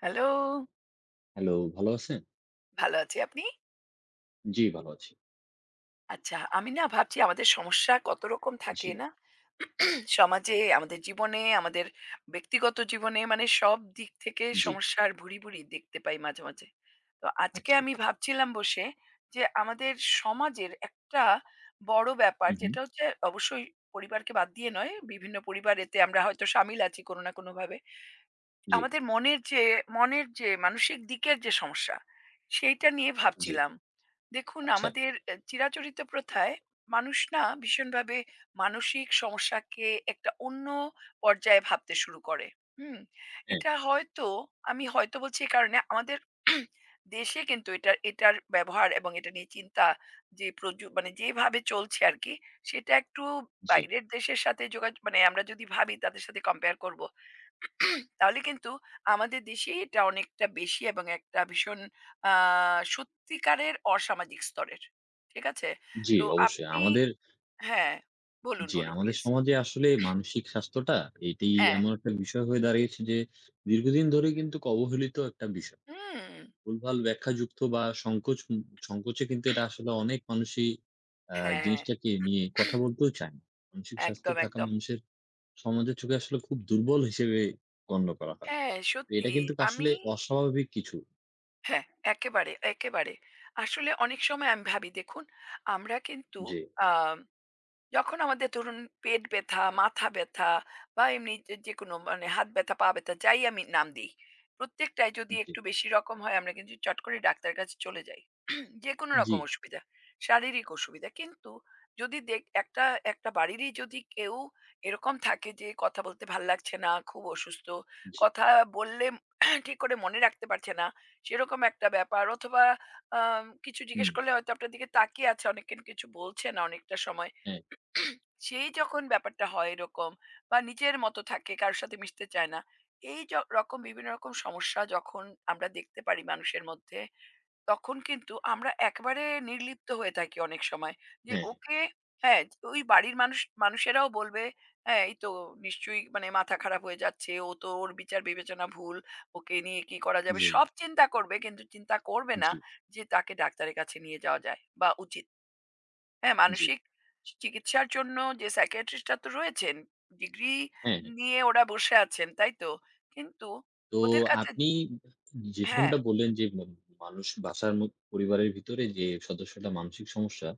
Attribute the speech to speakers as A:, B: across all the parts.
A: Hello!
B: Hello, ভালো আছেন?
A: ভালো আছি। আপনি?
B: জি, ভালো আছি।
A: আচ্ছা, আমি না ভাবছি আমাদের সমস্যা কত রকম
B: জি,
A: থাকে না? সমাজে, আমাদের জীবনে, আমাদের ব্যক্তিগত জীবনে মানে সব দিক থেকে
B: জি।
A: সমস্যার ভুরি, ভুরি দেখতে পাই মাঝে, মাঝে। তো আজকে
B: আচ্ছা,
A: আমি
B: আচ্ছা।
A: ভাবছিলাম বসে যে আমাদের সমাজের একটা বড় ব্যাপার
B: হুম, হুম।
A: যেটা হচ্ছে অবশ্যই পরিবারকে বাদ দিয়ে নয়, বিভিন্ন পরিবার এতে আমরা হয়তো শামিল আছি কোনো না কোনোভাবে।
B: জি,
A: আমাদের মনের যে মানসিক দিকের যে সমস্যা, সেইটা নিয়ে
B: জি।
A: ভাবছিলাম। দেখুন
B: আচ্ছা।
A: আমাদের চিরাচরিত প্রথায় মানুষ না ভীষণভাবে মানসিক সমস্যাকে একটা অন্য পর্যায়ে ভাবতে শুরু করে। হুম?
B: হ্যাঁ,
A: এটা হয়তো আমি হয়তো বলছি এই কারণে আমাদের দেশে কিন্তু এটার এটার ব্যবহার এবং এটা নিয়ে চিন্তা যে মানে যেভাবে চলছে আরকি, সেটা একটু
B: জি।
A: বাইরের দেশের সাথে যোগাযোগ মানে আমরা যদি ভাবি তাদের সাথে কম্পেয়ার করব, তাহলে কিন্তু আমাদের দেশে এটা অনেকটা বেশি এবং একটা ভীষণ আ সত্যিকারের অসামাজিক স্তরের। ঠিক আছে?
B: জি,
A: তো
B: অবশ্যই।
A: আপনি
B: আমাদের।
A: হ্যাঁ, বলুন,
B: জি,
A: বলুন
B: আমাদের
A: প্লিজ।
B: সমাজে আসলে মানসিক স্বাস্থ্যটা এটি
A: হ্যাঁ,
B: এমন একটা বিষয় হয়ে দাঁড়িয়েছে যে দীর্ঘদিন ধরে কিন্তু অবহেলিত একটা বিষয়।
A: হুম।
B: ভুলভাল ব্যাখ্যাযুক্ত বা সংকোচ সংকোচে কিন্তু এটা আসলে অনেক মানুষই আ
A: হ্যাঁ,
B: জিনিসটাকে নিয়ে কথা বলতেও চায় না। মানসিক স্বাস্থ্য
A: একদম,
B: থাকা
A: একদম।
B: মানুষের সমাজের চোখে আসলে খুব দুর্বল হিসেবে গণ্য করা হয়।
A: হ্যাঁ,
B: তো এটা
A: সত্যি
B: কিন্তু আসলে
A: আমি
B: অস্বাভাবিক কিছু।
A: হ্যাঁ, একেবারে, একেবারে। আসলে অনেক সময় আমি ভাবি দেখুন আমরা কিন্তু
B: জি,
A: আ যখন আমাদের ধরুন পেট ব্যথা, মাথা ব্যথা বা এমনি যে যেকোনো মানে হাত ব্যথা, পা ব্যথা যাই আমি নাম দিই। প্রত্যেকটায় যদি
B: জি,
A: একটু বেশি রকম হয় আমরা কিন্তু চট করে ডাক্তারের কাছে চলে যাই। যেকোনো
B: জি,
A: রকম অসুবিধা, শারীরিক অসুবিধা। কিন্তু যদি দেখ একটা একটা বাড়িরই যদি কেউ এরকম থাকে যে কথা বলতে ভাল লাগছে না, খুব অসুস্থ,
B: জি।
A: কথা বললে ঠিক করে মনে রাখতে পারছে না, সেরকম একটা ব্যাপার অথবা কিছু
B: হুম,
A: জিজ্ঞেস করলে হয়তো আপনার দিকে তাকিয়ে আছে অনেকক্ষণ কিছু বলছে না অনেকটা সময়।
B: হ্যাঁ,
A: সেই যখন ব্যাপারটা হয় এরকম বা নিজের মতো থাকে কারোর সাথে মিশতে চায় না এই রকম বিভিন্ন রকম সমস্যা যখন আমরা দেখতে পারি মানুষের মধ্যে তখন কিন্তু আমরা একবারে নির্লিপ্ত হয়ে থাকি অনেক সময় যে
B: হ্যাঁ, হ্যাঁ,
A: ওকে হ্যাঁ ওই বাড়ির মানুষেরাও বলবে হ্যাঁ এই তো নিশ্চয়ই মানে মাথা খারাপ হয়ে যাচ্ছে ও তো ওর বিচার বিবেচনা ভুল ওকে নিয়ে কি করা যাবে
B: জি,
A: সব চিন্তা করবে কিন্তু চিন্তা করবে না
B: জি,
A: যে তাকে ডাক্তারের কাছে নিয়ে যাওয়া যায় বা উচিত হ্যাঁ,
B: জি,
A: মানসিক চিকিৎসার জন্য যে সাইকিয়াট্রিস্ট রা তো রয়েছেন। ডিগ্রি
B: হ্যাঁ, হ্যাঁ।
A: নিয়ে ওরা বসে আছেন, তাই তো? কিন্তু
B: তো
A: ওদের কাছে
B: আপনি
A: হ্যাঁ,
B: যেরকমটা বললেন যে মানুষ বাসার ম পরিবারের ভিতরে যে সদস্যটা মানসিক সমস্যা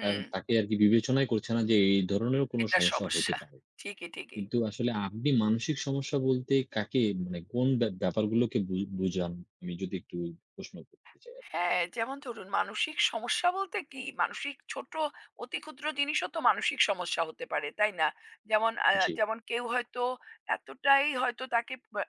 B: তাকে আরকি বিবেচনাই করছে না যে এই ধরনেরও কোনো
A: এটা
B: সমস্যা হতে
A: সমস্যা।
B: পারে।
A: ঠিকই, ঠিকই।
B: কিন্তু আসলে আপনি মানসিক সমস্যা বলতে কাকে মানে কোন ব্যাপারগুলোকে বুঝান? আমি যদি একটু প্রশ্ন করতে চাই আরকি?
A: হ্যাঁ, যেমন ধরুন মানসিক সমস্যা বলতে কি? মানসিক ছোট অতি ক্ষুদ্র জিনিসও তো মানসিক সমস্যা হতে পারে, তাই না? যেমন
B: জি,
A: যেমন কেউ হয়তো এতটাই হয়তো তাকে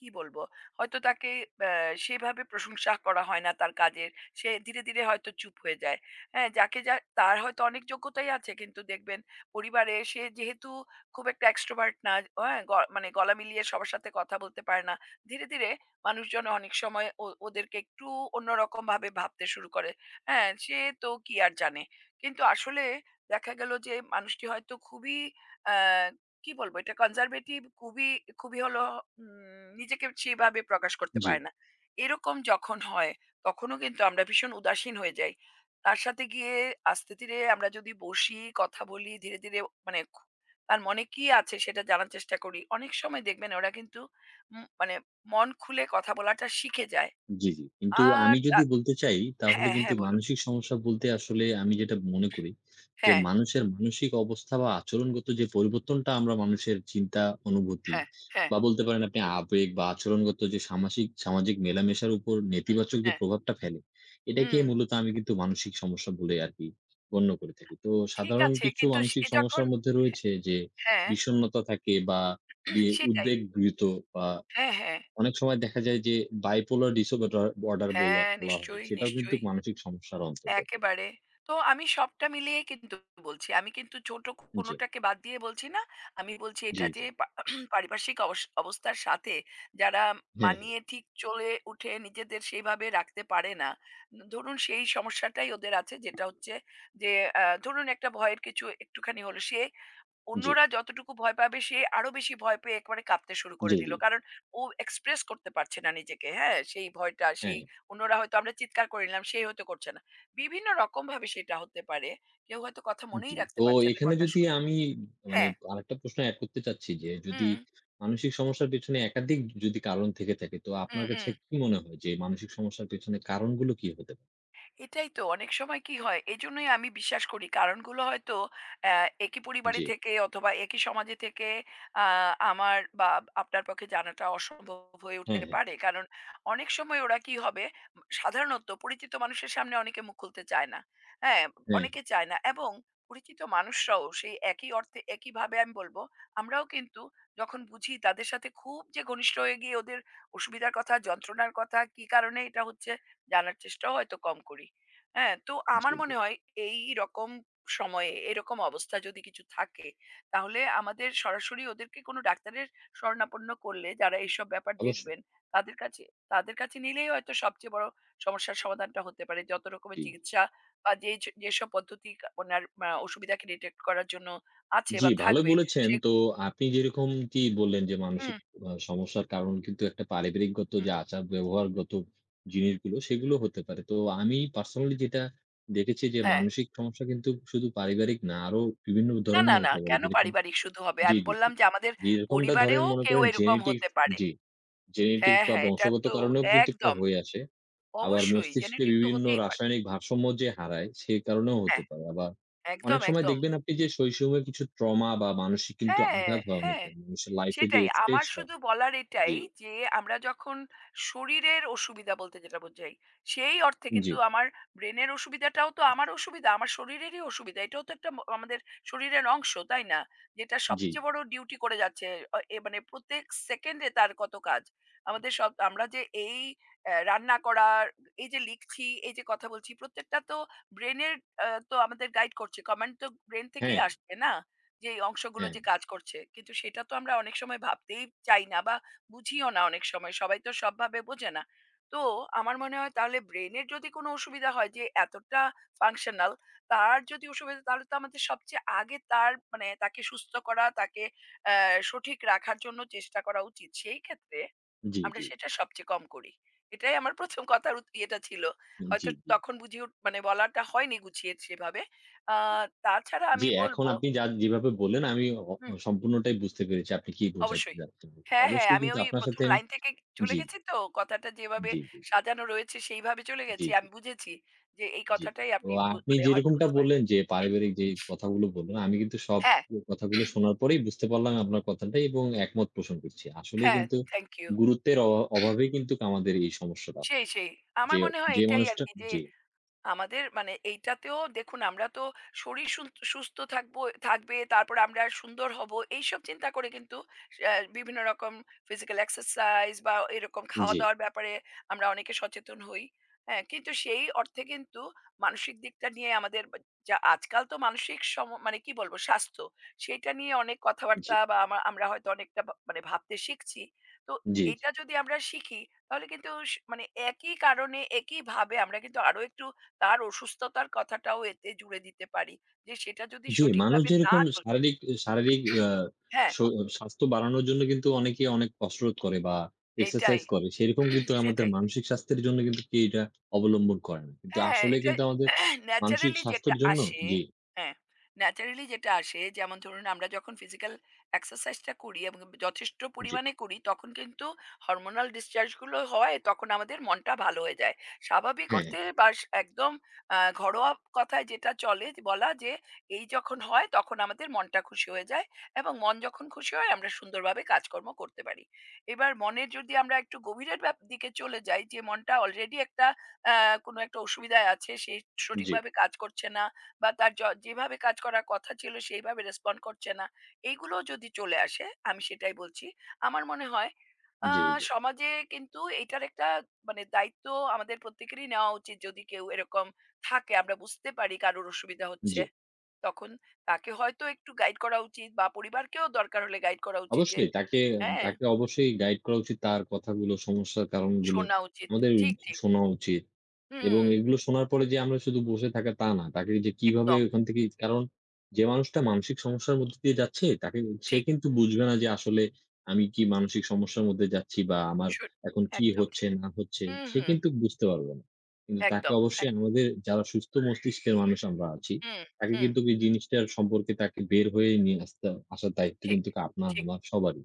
A: কি বলবো? হয়তো তাকে ব্যা সেভাবে প্রশংসা করা হয় না তার কাজের। সে ধীরে, ধীরে হয়তো চুপ হয়ে যায়। হ্যাঁ, যাকে যা তার হয়তো অনেক যোগ্যতাই আছে কিন্তু দেখবেন পরিবারে সে যেহেতু খুব একটা extrovert না, হ্যাঁ? মানে গলা মিলিয়ে সবার সাথে কথা বলতে পারে না। ধীরে, ধীরে মানুষজন অনেক সময় ওদেরকে একটু অন্যরকম ভাবে ভাবতে শুরু করে হ্যাঁ সে তো কি আর জানে কিন্তু আসলে দেখা গেল যে মানুষটি হয়তো খুবই আহ, কি বলবো এটা কনজারভেটিভ খুবই খুবই হলো নিজেকে সেভাবে প্রকাশ করতে
B: জি।
A: পারে না এরকম যখন হয় তখনও কিন্তু আমরা ভীষণ উদাসীন হয়ে যাই তার সাথে গিয়ে আস্তে ধীরে আমরা যদি বসি কথা বলি ধীরে ধীরে মানে তার মনে কি আছে সেটা জানার চেষ্টা করি অনেক সময় দেখবেন ওরা কিন্তু মানে মন খুলে কথা বলাটা শিখে যায়।
B: জি, জি। কিন্তু
A: আর
B: আমি যদি বলতে চাই তাহলে
A: হ্যাঁ,
B: কিন্তু
A: হ্যাঁ বলুন।
B: মানসিক সমস্যা বলতে আসলে আমি যেটা মনে করি যে
A: হ্যাঁ,
B: মানুষের মানসিক অবস্থা বা আচরণগত যে পরিবর্তনটা আমরা মানুষের চিন্তা, অনুভূতি
A: হ্যাঁ, হ্যাঁ,
B: বা বলতে পারেন আপনি আবেগ বা আচরণগত যে সামাজিক মেলামেশার উপর
A: হুম,
B: নেতিবাচক যে
A: হ্যাঁ,
B: প্রভাবটা ফেলে, এটাকে
A: হুম,
B: মূলত আমি কিন্তু মানসিক সমস্যা বলে আরকি গণ্য করে থাকি। তো
A: ঠিক
B: সাধারণ
A: আছে।
B: কিছু
A: কিন্তু
B: মানসিক
A: সে যখন
B: সমস্যার মধ্যে রয়েছে যে
A: হ্যাঁ,
B: বিষণ্ণতা থাকে বা বি
A: সেটাই।
B: উদ্বেগ গৃহীত বা
A: হ্যাঁ, হ্যাঁ,
B: অনেক সময় দেখা যায় যে bipolar disorder বলা
A: হ্যাঁ,
B: বলা হয়।
A: নিশ্চয়ই,
B: সেটাও কিন্তু
A: নিশ্চয়ই।
B: মানসিক সমস্যার অন্তর্গত।
A: একেবারে। তো আমি সবটা মিলিয়েই কিন্তু বলছি। আমি কিন্তু ছোট
B: জি,
A: কোনটাকে বাদ দিয়ে বলছি না। আমি বলছি
B: জি,
A: এটা
B: জি।
A: যে পারিপার্শ্বিক অবস্থার সাথে যারা
B: হ্যাঁ, হ্যাঁ।
A: মানিয়ে ঠিক চলে উঠে নিজেদের সেইভাবে রাখতে পারে না। ধরুন সেই সমস্যাটাই ওদের আছে যেটা হচ্ছে যে, ধরুন একটা ভয়ের কিছু একটুখানি হলো সে
B: জি,
A: অন্যরা যতটুকু ভয় পাবে সে আরো বেশি ভয় পেয়ে একেবারে কাঁপতে শুরু করে
B: জি,
A: দিল।
B: জি।
A: কারণ ও এক্সপ্রেস করতে পারছে না নিজেকে, হ্যাঁ? সেই ভয়টা,
B: হ্যাঁ,
A: সেই
B: হ্যাঁ।
A: অন্যরা হয়তো আমরা চিৎকার করে নিলাম, সে হয়তো করছে না। বিভিন্ন রকমভাবে সেটা হতে পারে। কেউ হয়তো কথা
B: জি।
A: মনেই রাখতে
B: তো
A: পারছে না
B: এখানে
A: কথা
B: যদি
A: শুনে।
B: আমি মানে
A: হ্যাঁ।
B: আরেকটা প্রশ্ন এড করতে চাচ্ছি যে যদি
A: হুম,
B: মানসিক সমস্যার পেছনে একাধিক যদি কারণ থেকে থাকে তো
A: হুম,
B: আপনার কাছে
A: হুম।
B: কি মনে হয় যে মানসিক সমস্যার পেছনে কারণগুলো কি হতে পারে?
A: এটাই তো অনেক সময় কি হয় এজন্যই আমি বিশ্বাস করি কারণগুলো হয়তো একই পরিবারে
B: জি।
A: থেকে অথবা একই সমাজে থেকে আমার বা আপনার পক্ষে জানাটা অসম্ভব হয়ে
B: হ্যাঁ,
A: উঠতে
B: হ্যাঁ।
A: পারে কারণ অনেক সময় ওরা কি হবে সাধারণত পরিচিত মানুষের সামনে অনেকে মুখ খুলতে চায় না হ্যাঁ
B: হ্যাঁ, হ্যাঁ।
A: অনেকে চায় না এবং পরিচিত মানুষরাও সেই একই অর্থে একইভাবে আমি বলবো আমরাও কিন্তু যখন বুঝি তাদের সাথে খুব যে ঘনিষ্ঠ হয়ে গিয়ে ওদের অসুবিধার কথা যন্ত্রণার কথা কি কারণে এটা হচ্ছে জানার চেষ্টাও হয়তো কম করি হ্যাঁ, তো
B: জি,
A: আমার
B: জি।
A: মনে হয় এইরকম সময়ে এরকম অবস্থা যদি কিছু থাকে, তাহলে আমাদের সরাসরি ওদেরকে কোনো ডাক্তারের শরণাপন্ন করলে যারা এইসব ব্যাপার
B: অবশ্যই।
A: দেখবেন, তাদের কাছে তাদের কাছে নিলেই হয়তো সবচেয়ে বড় সমস্যার সমাধানটা হতে পারে। যত রকমের
B: জি।
A: চিকিৎসা বা যে যেসব পদ্ধতি ওনার অসুবিধাকে ডিটেক্ট করার জন্য আছে
B: জি,
A: বা
B: ভালো
A: থাকবে
B: বলেছেন।
A: সে
B: তো আপনি যেরকমটি বললেন যে মানসিক
A: হুম,
B: সমস্যার কারণ কিন্তু একটা পারিবারিকগত
A: হুম।
B: যে আচার ব্যবহারগত জিনিসগুলো সেগুলো হতে পারে। তো আমি পার্সোনালি যেটা দেখেছি যে
A: হ্যাঁ।
B: মানসিক সমস্যা কিন্তু শুধু পারিবারিক না আরো বিভিন্ন
A: না,
B: ধরনের
A: না, না।
B: হতে পারে।
A: কেন
B: যেরকম,
A: পারিবারিক শুধু হবে?
B: জি,
A: আমি
B: জি, জি।
A: বললাম যে আমাদের
B: যেরকমটা ধরেন
A: পরিবারেও
B: মনে
A: কেউ
B: করেন
A: এরকম
B: জেনেটিক্স।
A: হতে পারে।
B: জি। জেনেটিক্স
A: হ্যাঁ,
B: বা
A: হ্যাঁ। এটা
B: বংশগত
A: তো
B: কারণেও কিন্তু এটা
A: একদম।
B: হয়ে আসে। আবার
A: অবশ্যই
B: মস্তিষ্কে
A: জেনেটিক তো
B: বিভিন্ন
A: হতেই পারে।
B: রাসায়নিক ভারসাম্য যে হারায়, সেই কারণেও হতে
A: হ্যাঁ,
B: পারে। আবার
A: একদম,
B: অনেক সময়
A: একদম।
B: দেখবেন আপনি যে শৈশবে কিছু ট্রমা বা মানসিক কিন্তু
A: হ্যাঁ,
B: আঘাত হয়
A: হ্যাঁ,
B: অনেকের। মানুষের লাইফ এ যে
A: সেটাই।
B: স্ট্রেস
A: আমার
B: হয়।
A: শুধু বলার এটাই
B: জি,
A: যে, আমরা যখন শরীরের অসুবিধা বলতে যেটা বোঝাই, সেই অর্থে
B: জি,
A: কিন্তু আমার ব্রেনের অসুবিধাটাও তো আমার অসুবিধা, আমার শরীরেরই অসুবিধা। এটাও তো একটা আমাদের শরীরের অংশ, তাই না? যেটা
B: জি।
A: সবচেয়ে বড় ডিউটি করে যাচ্ছে। অ এ মানে প্রত্যেক সেকেন্ডে তার কত কাজ। আমাদের সব আমরা যে এই রান্না করার, এই যে লিখছি, এই যে কথা বলছি, প্রত্যেকটা তো ব্রেনের তো আমাদের গাইড করছে। কমান্ড তো ব্রেন
B: হ্যাঁ,
A: থেকেই আসছে, না? যে এই অংশগুলো
B: হ্যাঁ।
A: যে কাজ করছে। কিন্তু সেটা তো আমরা অনেক সময় ভাবতেই চাই না বা বুঝিও না অনেক সময়। সবাই তো সবভাবে বোঝে না। তো আমার মনে হয় তাহলে ব্রেইনের যদি কোনো অসুবিধা হয় যে এতটা ফাংশনাল, তার যদি অসুবিধা তাহলে তো আমাদের সবচেয়ে আগে তার মানে তাকে সুস্থ করা, তাকে অ্যা সঠিক রাখার জন্য চেষ্টা করা উচিত। সেই ক্ষেত্রে
B: জি,
A: আমরা
B: জি,
A: সেটা সবচেয়ে কম করি। এটাই আমার ১ম কথার ইয়েটা ছিল।
B: জি,
A: হয়তো
B: জি।
A: তখন বুঝিয়ে মানে বলাটা হয়নি গুছিয়ে সেভাবে। আ তাছাড়া
B: জি,
A: আমি বলব
B: এখন আপনি যা যেভাবে বললেন আমি
A: হুম।
B: সম্পূর্ণটাই বুঝতে পেরেছি আপনি কি বোঝাতে
A: অবশ্যই।
B: চাচ্ছেন।
A: হ্যাঁ, হ্যাঁ,
B: অবশ্যই
A: আমি
B: কিন্তু
A: ওই
B: আপনার সাথে
A: ১ম
B: আমি
A: লাইন থেকে চলে
B: জি,
A: গেছি তো, কথাটা যেভাবে
B: জি, জি, জি,
A: সাজানো রয়েছে সেইভাবে চলে
B: জি।
A: গেছি। আমি বুঝেছি যে এই
B: জি।
A: কথাটাই
B: তো
A: আপনি
B: আপনি
A: মানে হয়তো
B: যেরকমটা
A: বুঝতে পারেননি।
B: বললেন যে, পারিবারিক যে কথাগুলো বললেন, আমি কিন্তু সব
A: হ্যাঁ,
B: কথাগুলো শোনার পরেই বুঝতে পারলাম আপনার কথাটা এবং একমত পোষণ করছি। আসলেই
A: হ্যাঁ,
B: কিন্তু
A: থ্যাংক ইউ।
B: গুরুত্বের অভাবেই কিন্তু আমাদের এই সমস্যাটা হয়।
A: সেই, সেই।
B: যে,
A: আমার মনে হয়
B: যে
A: এটাই
B: মানুষটা।
A: আরকি যে
B: জি,
A: আমাদের মানে এইটাতেও দেখুন আমরা তো শরীর সুস্থ থাকবো থাকবে তারপর আমরা সুন্দর হব এইসব চিন্তা করে কিন্তু বিভিন্ন রকম ফিজিক্যাল এক্সারসাইজ বা এরকম খাওয়া
B: জি,
A: দাওয়ার ব্যাপারে আমরা অনেকে সচেতন হই হ্যাঁ কিন্তু সেই অর্থে কিন্তু মানসিক দিকটা নিয়ে আমাদের যা আজকাল তো মানসিক মানে কি বলবো স্বাস্থ্য সেটা নিয়ে অনেক
B: জি,
A: কথাবার্তা বা আমরা হয়তো অনেকটা মানে ভাবতে শিখছি তো
B: জি,
A: এটা যদি আমরা শিখি তাহলে কিন্তু মানে একই কারণে একই ভাবে আমরা কিন্তু আরো একটু তার অসুস্থতার কথাটাও এতে জুড়ে দিতে পারি। যে সেটা যদি
B: জি। মানুষ
A: সঠিকভাবে না
B: যেরকম
A: চলছে
B: শারীরিক শারীরিক আ
A: হ্যাঁ,
B: স স্বাস্থ্য বাড়ানোর জন্য কিন্তু অনেকে অনেক কসরত করে বা
A: এইটাই,
B: এক্সারসাইজ করে। সেরকম কিন্তু আমাদের
A: সেটাই।
B: মানসিক স্বাস্থ্যের জন্য কিন্তু কেউ এটা অবলম্বন করে না। কিন্তু
A: হ্যাঁ,
B: আসলে
A: এটা
B: কিন্তু আমাদের মানসিক
A: ন্যাচারালি যেটা
B: স্বাস্থ্যের জন্য।
A: আসে
B: জি।
A: হ্যাঁ, ন্যাচারালি যেটা আসে যেমন ধরুন আমরা যখন ফিজিক্যাল এক্সারসাইজটা করি এবং যথেষ্ট
B: জি।
A: পরিমাণে করি তখন কিন্তু হরমোনাল ডিসচার্জ গুলো হয় তখন আমাদের মনটা ভালো হয়ে যায়। স্বাভাবিক
B: হ্যাঁ,
A: অর্থে বা একদম ঘরোয়া কথায় যেটা চলে যে বলা যে এই যখন হয় তখন আমাদের মনটা খুশি হয়ে যায় এবং মন যখন খুশি হয় আমরা সুন্দরভাবে কাজকর্ম করতে পারি। এবার মনের যদি আমরা একটু গভীরের দিকে চলে যাই যে মনটা অলরেডি একটা আ কোনো একটা অসুবিধায় আছে, সে
B: জি,
A: সঠিকভাবে কাজ করছে না বা তার যেভাবে কাজ করার কথা ছিল সেইভাবে রেসপন্ড করছে না। এইগুলো যদি চলে আসে, আমি সেটাই বলছি। আমার মনে হয় আ
B: জি, জি,
A: সমাজে কিন্তু এটার একটা মানে দায়িত্ব আমাদের প্রত্যেকেরই নেওয়া উচিত। যদি কেউ এরকম থাকে আমরা বুঝতে পারি কারোর অসুবিধা
B: জি।
A: হচ্ছে, তখন তাকে হয়তো একটু গাইড করা উচিত বা পরিবারকেও দরকার হলে গাইড করা উচিত যে
B: অবশ্যই তাকে,
A: হ্যাঁ,
B: তাকে অবশ্যই গাইড করা উচিত। তার কথাগুলো, সমস্যার কারণগুলো
A: শোনা উচিত।
B: আমাদের
A: ঠিক, ঠিক।
B: শোনা উচিত। এবং
A: হুম,
B: এগুলো শোনার পরে যে আমরা শুধু বসে থাকা তা না। তাকে যে কিভাবে
A: একদম
B: ওখান থেকে কারণ যে মানুষটা মানসিক সমস্যার মধ্য দিয়ে যাচ্ছে তাকে সে
A: ঠিক।
B: কিন্তু বুঝবে না যে আসলে আমি কি মানসিক সমস্যার মধ্যে যাচ্ছি বা আমার
A: শু
B: এখন কি
A: একদম
B: হচ্ছে
A: ঠিক।
B: না হচ্ছে
A: হুম,
B: সে
A: হুম।
B: কিন্তু বুঝতে পারবে না। কিন্তু তাকে
A: একদম।
B: অবশ্যই
A: এক
B: আমাদের যারা সুস্থ মস্তিষ্কের মানুষ আমরা আছি,
A: হুম,
B: তাকে
A: হুম।
B: কিন্তু এই জিনিসটার সম্পর্কে তাকে বের হয়ে নিয়ে আসতে আসার দায়িত্ব
A: ঠিক,
B: কিন্তু আপনার
A: ঠিক।
B: আমার সবারই।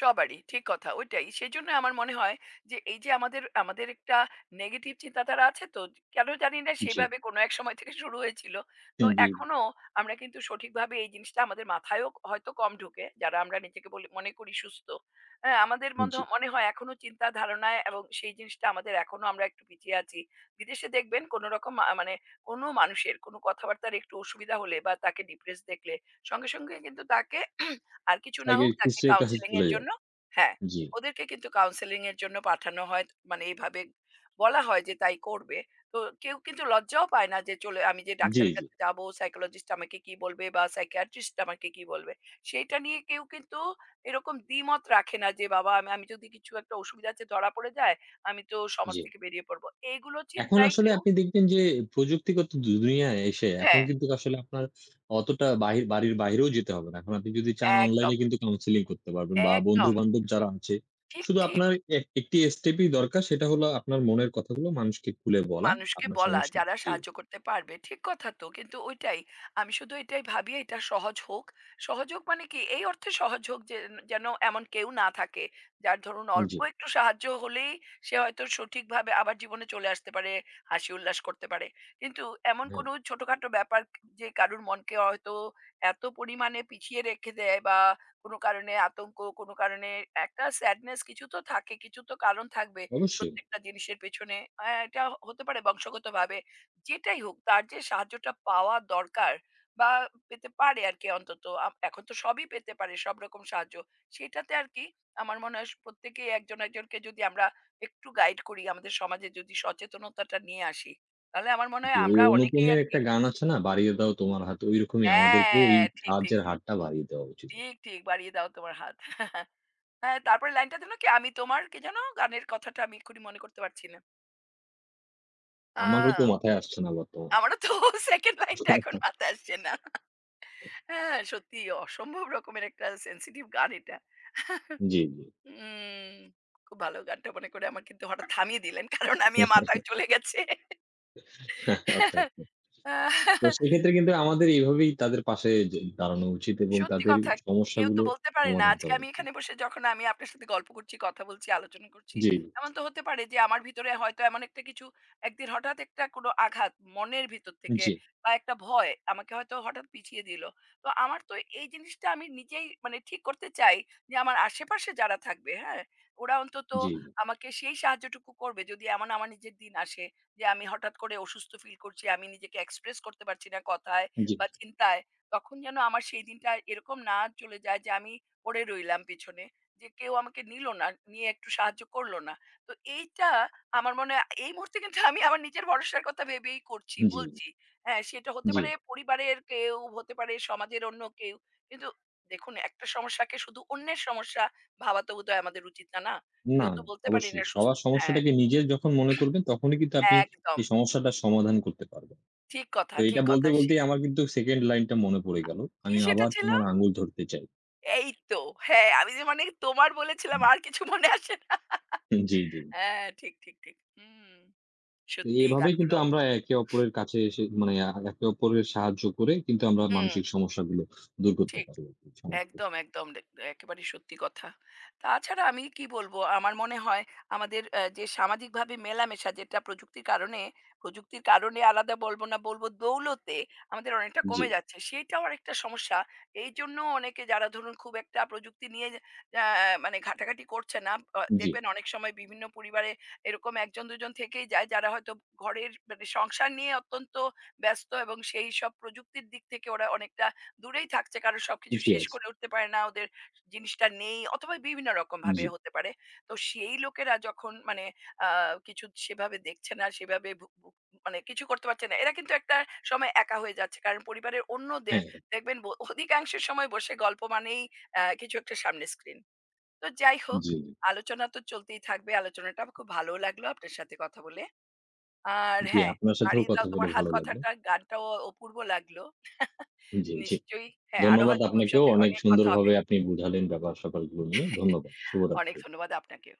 A: সবারই, ঠিক কথা। ওইটাই। সেজন্য আমার মনে হয় যে এই যে আমাদের একটা নেগেটিভ চিন্তাধারা আছে তো, কেন জানি না
B: জি,
A: সেভাবে কোনো এক সময় থেকে শুরু হয়েছিল। তো
B: জি,
A: এখনো আমরা কিন্তু সঠিকভাবে এই জিনিসটা আমাদের মাথায়ও হয়তো কম ঢোকে, যারা আমরা নিজেকে বলি মনে করি সুস্থ। হ্যাঁ, আমাদের মধ্য
B: জি।
A: মনে হয় এখনো চিন্তা ধারণায় এবং সেই জিনিসটা আমাদের এখনো আমরা একটু পিছিয়ে আছি। বিদেশে দেখবেন কোনো রকম মানে কোনো মানুষের কোনো কথাবার্তার একটু অসুবিধা হলে বা তাকে ডিপ্রেসড দেখলে সঙ্গে, সঙ্গে কিন্তু তাকে আর কিছু না হোক তাকে
B: সাইকিয়াট্রিস্ট এর কাছে
A: কাউন্সেলিং
B: চলে
A: এর
B: যায়।
A: জন্য হ্যাঁ,
B: জি,
A: ওদেরকে কিন্তু কাউন্সেলিং এর জন্য পাঠানো হয়। মানে এভাবে বলা হয় যে তাই করবে। তো কেউ কিন্তু লজ্জাও পায় না যে চলে আমি যে
B: জি,
A: ডাক্তারের
B: জি,
A: কাছে যাবো, সাইকোলজিস্ট আমাকে কি বলবে বা সাইকিয়াট্রিস্ট আমাকে কি বলবে? সেইটা নিয়ে কেউ কিন্তু এরকম দ্বিমত রাখে না যে বাবা আমি আমি যদি কিছু একটা অসুবিধা আছে ধরা পড়ে যায়, আমি তো সমাজ
B: জি।
A: থেকে বেরিয়ে পড়বো। এইগুলো
B: এখন
A: চিন্তায়
B: আসলে
A: কেউ
B: আপনি দেখবেন যে প্রযুক্তিগত দুনিয়ায় এসে এখন
A: হ্যাঁ,
B: কিন্তু আসলে আপনার অতটা বাড়ির বাইরেও যেতে হবে না। এখন আপনি যদি চান অনলাইনে
A: একদম,
B: কিন্তু কাউন্সেলিং করতে পারবেন বা
A: একদম।
B: বন্ধু-বান্ধব যারা আছে,
A: ঠিক,
B: শুধু
A: ঠিক।
B: আপনার এক একটি স্টেপই দরকার সেটা হলো আপনার মনের কথাগুলো মানুষকে খুলে বলা।
A: মানুষকে
B: আপনার
A: বলা
B: সমস্যা।
A: যারা
B: জি,
A: সাহায্য করতে পারবে। ঠিক কথা তো। কিন্তু ওইটাই। আমি শুধু এটাই ভাবি এটা সহজ হোক। সহজ হোক মানে কি? এই অর্থে সহজ হোক যে যেন এমন কেউ না থাকে। যার ধরুন
B: জি,
A: অল্প একটু সাহায্য হলেই সে হয়তো সঠিকভাবে আবার জীবনে চলে আসতে পারে, হাসি উল্লাস করতে পারে। কিন্তু এমন
B: হ্যাঁ,
A: কোনো ছোটখাটো ব্যাপার যে কারুর মনকে হয়তো এত পরিমাণে পিছিয়ে রেখে দেয় বা কোনো কারণে আতঙ্ক, কোনো কারণে একটা স্যাডনেস কিছু তো থাকে, কিছু তো কারণ থাকবে।
B: অবশ্যই।
A: প্রত্যেকটা জিনিসের পেছনে এটা হতে পারে বংশগতভাবে। যেটাই হোক তার যে সাহায্যটা পাওয়া দরকার বা পেতে পারে আরকি অন্তত। এখন তো সবই পেতে পারে সব রকম সাহায্য। সেটাতে আরকি আমার মনে হয় প্রত্যেকেই একজন একজনকে যদি আমরা একটু গাইড করি, আমাদের সমাজে যদি সচেতনতাটা নিয়ে আসি, তাহলে আমার মনে
B: জি,
A: হয়
B: ওই
A: আমরা অনেকেই
B: অনুপমের
A: আরকি
B: একটা গান আছে না? "বাড়িয়ে দাও তোমার হাত।" ঐরকমই আমাদেরকেও ওই
A: হ্যাঁ, ঠিক, ঠিক,
B: সাহায্যের হাতটা বাড়িয়ে দেওয়া উচিত।
A: ঠিক, ঠিক বাড়িয়ে দাও তোমার হাত। হ্যাঁ, তারপরের লাইনটা যেন কি? আমি তোমার কি যেন? গানের কথাটা আমি এক্ষুনি মনে করতে পারছি না। আ
B: আমারও তো মাথায় আসছে না বর্তমানে।
A: আমারও তো সেকেন্ড লাইনটা এখন মাথায় আসছে না। হ্যাঁ, সত্যি অসম্ভব রকমের একটা সেনসিটিভ গান এটা।
B: জি, জি।
A: উম খুব ভালো গানটা মনে করে আমার কিন্তু হঠাৎ থামিয়ে দিলেন। কারণ আমি আমার মাথায় চলে গেছে।
B: আচ্ছা, আচ্ছা। তো সেক্ষেত্রে কিন্তু আমাদের এইভাবেই তাদের পাশে যে দাঁড়ানো উচিত এবং
A: সত্যি
B: তাদের
A: কথা। কেউ তো
B: সমস্যাগুলো
A: বলতে পারে না।
B: সমাধান
A: আজকে
B: করা
A: আমি
B: উচিত।
A: এখানে বসে যখন আমি আপনার সাথে গল্প করছি, কথা বলছি, আলোচনা করছি।
B: জি,
A: এমন তো হতে পারে যে আমার ভিতরে হয়তো এমন একটা কিছু একদিন হঠাৎ একটা কোনো আঘাত মনের ভিতর থেকে
B: জি,
A: বা একটা ভয় আমাকে হয়তো হঠাৎ পিছিয়ে দিল। তো আমার তো এই জিনিসটা আমি নিজেই মানে ঠিক করতে চাই যে আমার আশেপাশে যারা থাকবে, হ্যাঁ? ওরা অন্তত
B: জি,
A: আমাকে সেই সাহায্যটুকু করবে যদি এমন আমার নিজের দিন আসে যে আমি হঠাৎ করে অসুস্থ ফিল করছি, আমি নিজেকে এক্সপ্রেস করতে পারছি না কথায়
B: জি,
A: বা চিন্তায়। তখন যেন আমার সেই দিনটা আর এরকম না চলে যায় যে আমি পড়ে রইলাম পিছনে, যে কেউ আমাকে নিল না, নিয়ে একটু সাহায্য করলো না। তো এইটা আমার মনে হয় এই মুহূর্তে কিন্তু আমি আমার নিজের ভরসার কথা ভেবেই করছি,
B: জি,
A: বলছি। হ্যাঁ, সেটা হতে
B: জি।
A: পারে পরিবারের কেউ, হতে পারে সমাজের অন্য কেউ। কিন্তু দেখুন একটা সমস্যাকে শুধু অন্যের সমস্যা ভাবা তো বোধহয় আমাদের উচিত না। না,
B: না,
A: কেউ তো
B: না,
A: বলতে পারি
B: অবশ্যই।
A: না সুস্থ।
B: সবার
A: হ্যাঁ,
B: সমস্যাটাকে নিজের যখন মনে করবেন তখনই কিন্তু আপনি
A: একদম।
B: এই সমস্যাটার সমাধান করতে পারবেন।
A: ঠিক কথা,
B: তো এটা
A: ঠিক
B: বলতে,
A: কথা, সে-
B: বলতেই আমার কিন্তু 2nd লাইনটা মনে পড়ে গেল।
A: কি
B: আমি
A: সেটা
B: আবার
A: ছিল
B: তোমার আঙুল ধরতে চাই।
A: এই তো। হ্যাঁ, আমি যে মানে তোমার বলেছিলাম
B: হুম,
A: আর কিছু মনে আসে না।
B: জি, জি।
A: হ্যাঁ, ঠিক, ঠিক, ঠিক। হুম,
B: তো
A: সত্যি
B: এভাবেই
A: গানগুলো
B: কিন্তু আমরা
A: অপূর্ব।
B: একে অপরের কাছে এসে মানে একে অপরের সাহায্য করে কিন্তু আমরা
A: হুম,
B: মানসিক সমস্যাগুলো দূর করতে
A: ঠিক।
B: পারি আরকি।
A: একদম, একদম। একেবারেই সত্যি কথা। তাছাড়া আমি কি বলব, আমার মনে হয় আমাদের যে সামাজিকভাবে মেলামেশা যেটা প্রযুক্তির কারণে, প্রযুক্তির কারণে আলাদা বলব না, বলব দৌলতে, আমাদের অনেকটা
B: জি।
A: কমে যাচ্ছে। সেইটাও আরেকটা সমস্যা। এইজন্য অনেকে যারা ধরুন খুব একটা প্রযুক্তি নিয়ে অ্যা মানে ঘাটাঘাটি করছে না,
B: জি,
A: দেখবেন অনেক সময় বিভিন্ন পরিবারে এরকম ১ জন ২ জন থেকেই যায় যারা হয়তো ঘরের মানে সংসার নিয়ে অত্যন্ত ব্যস্ত, এবং সেইসব প্রযুক্তির দিক থেকে ওরা অনেকটা দূরেই থাকছে কারণ সবকিছু
B: জি
A: শেষ
B: আছে।
A: করে উঠতে পারে না, ওদের জিনিসটা নেই অথবা বিভিন্ন রকম ভাবে
B: জি।
A: হতে পারে। তো সেই লোকেরা যখন মানে কিছু সেভাবে দেখছে না, সেভাবে ভু- ভু- মানে কিছু করতে পারছে না, এরা কিন্তু একটা সময় একা হয়ে যাচ্ছে কারণ পরিবারের অন্যদের
B: হ্যাঁ, হ্যাঁ।
A: দেখবেন অধিকাংশ সময় বসে গল্প মানেই কিছু একটা সামনে স্ক্রিন। তো যাই হোক,
B: জি,
A: আলোচনা তো চলতেই থাকবে। আলোচনাটা খুব ভালো লাগলো আপনার সাথে কথা বলে। আর
B: জি।
A: হ্যাঁ,
B: আপনার সাথেও
A: "বাড়িয়ে
B: কথা
A: দাও
B: বলে
A: তোমার হাত"
B: ভালো লাগলো।
A: কথাটা, গানটাও অপূর্ব লাগলো।
B: জি, জি।
A: নিশ্চয়ই হ্যাঁ, আরো
B: ধন্যবাদ
A: হয়তো
B: আপনাকেও।
A: ভবিষ্যতে
B: অনেক
A: অনেক কথা হবে।
B: সুন্দরভাবে আপনি বুঝালেন ব্যাপার-স্যাপারগুলো নিয়ে। ধন্যবাদ।
A: অনেক
B: শুভরাত্রি।
A: ধন্যবাদ আপনাকে।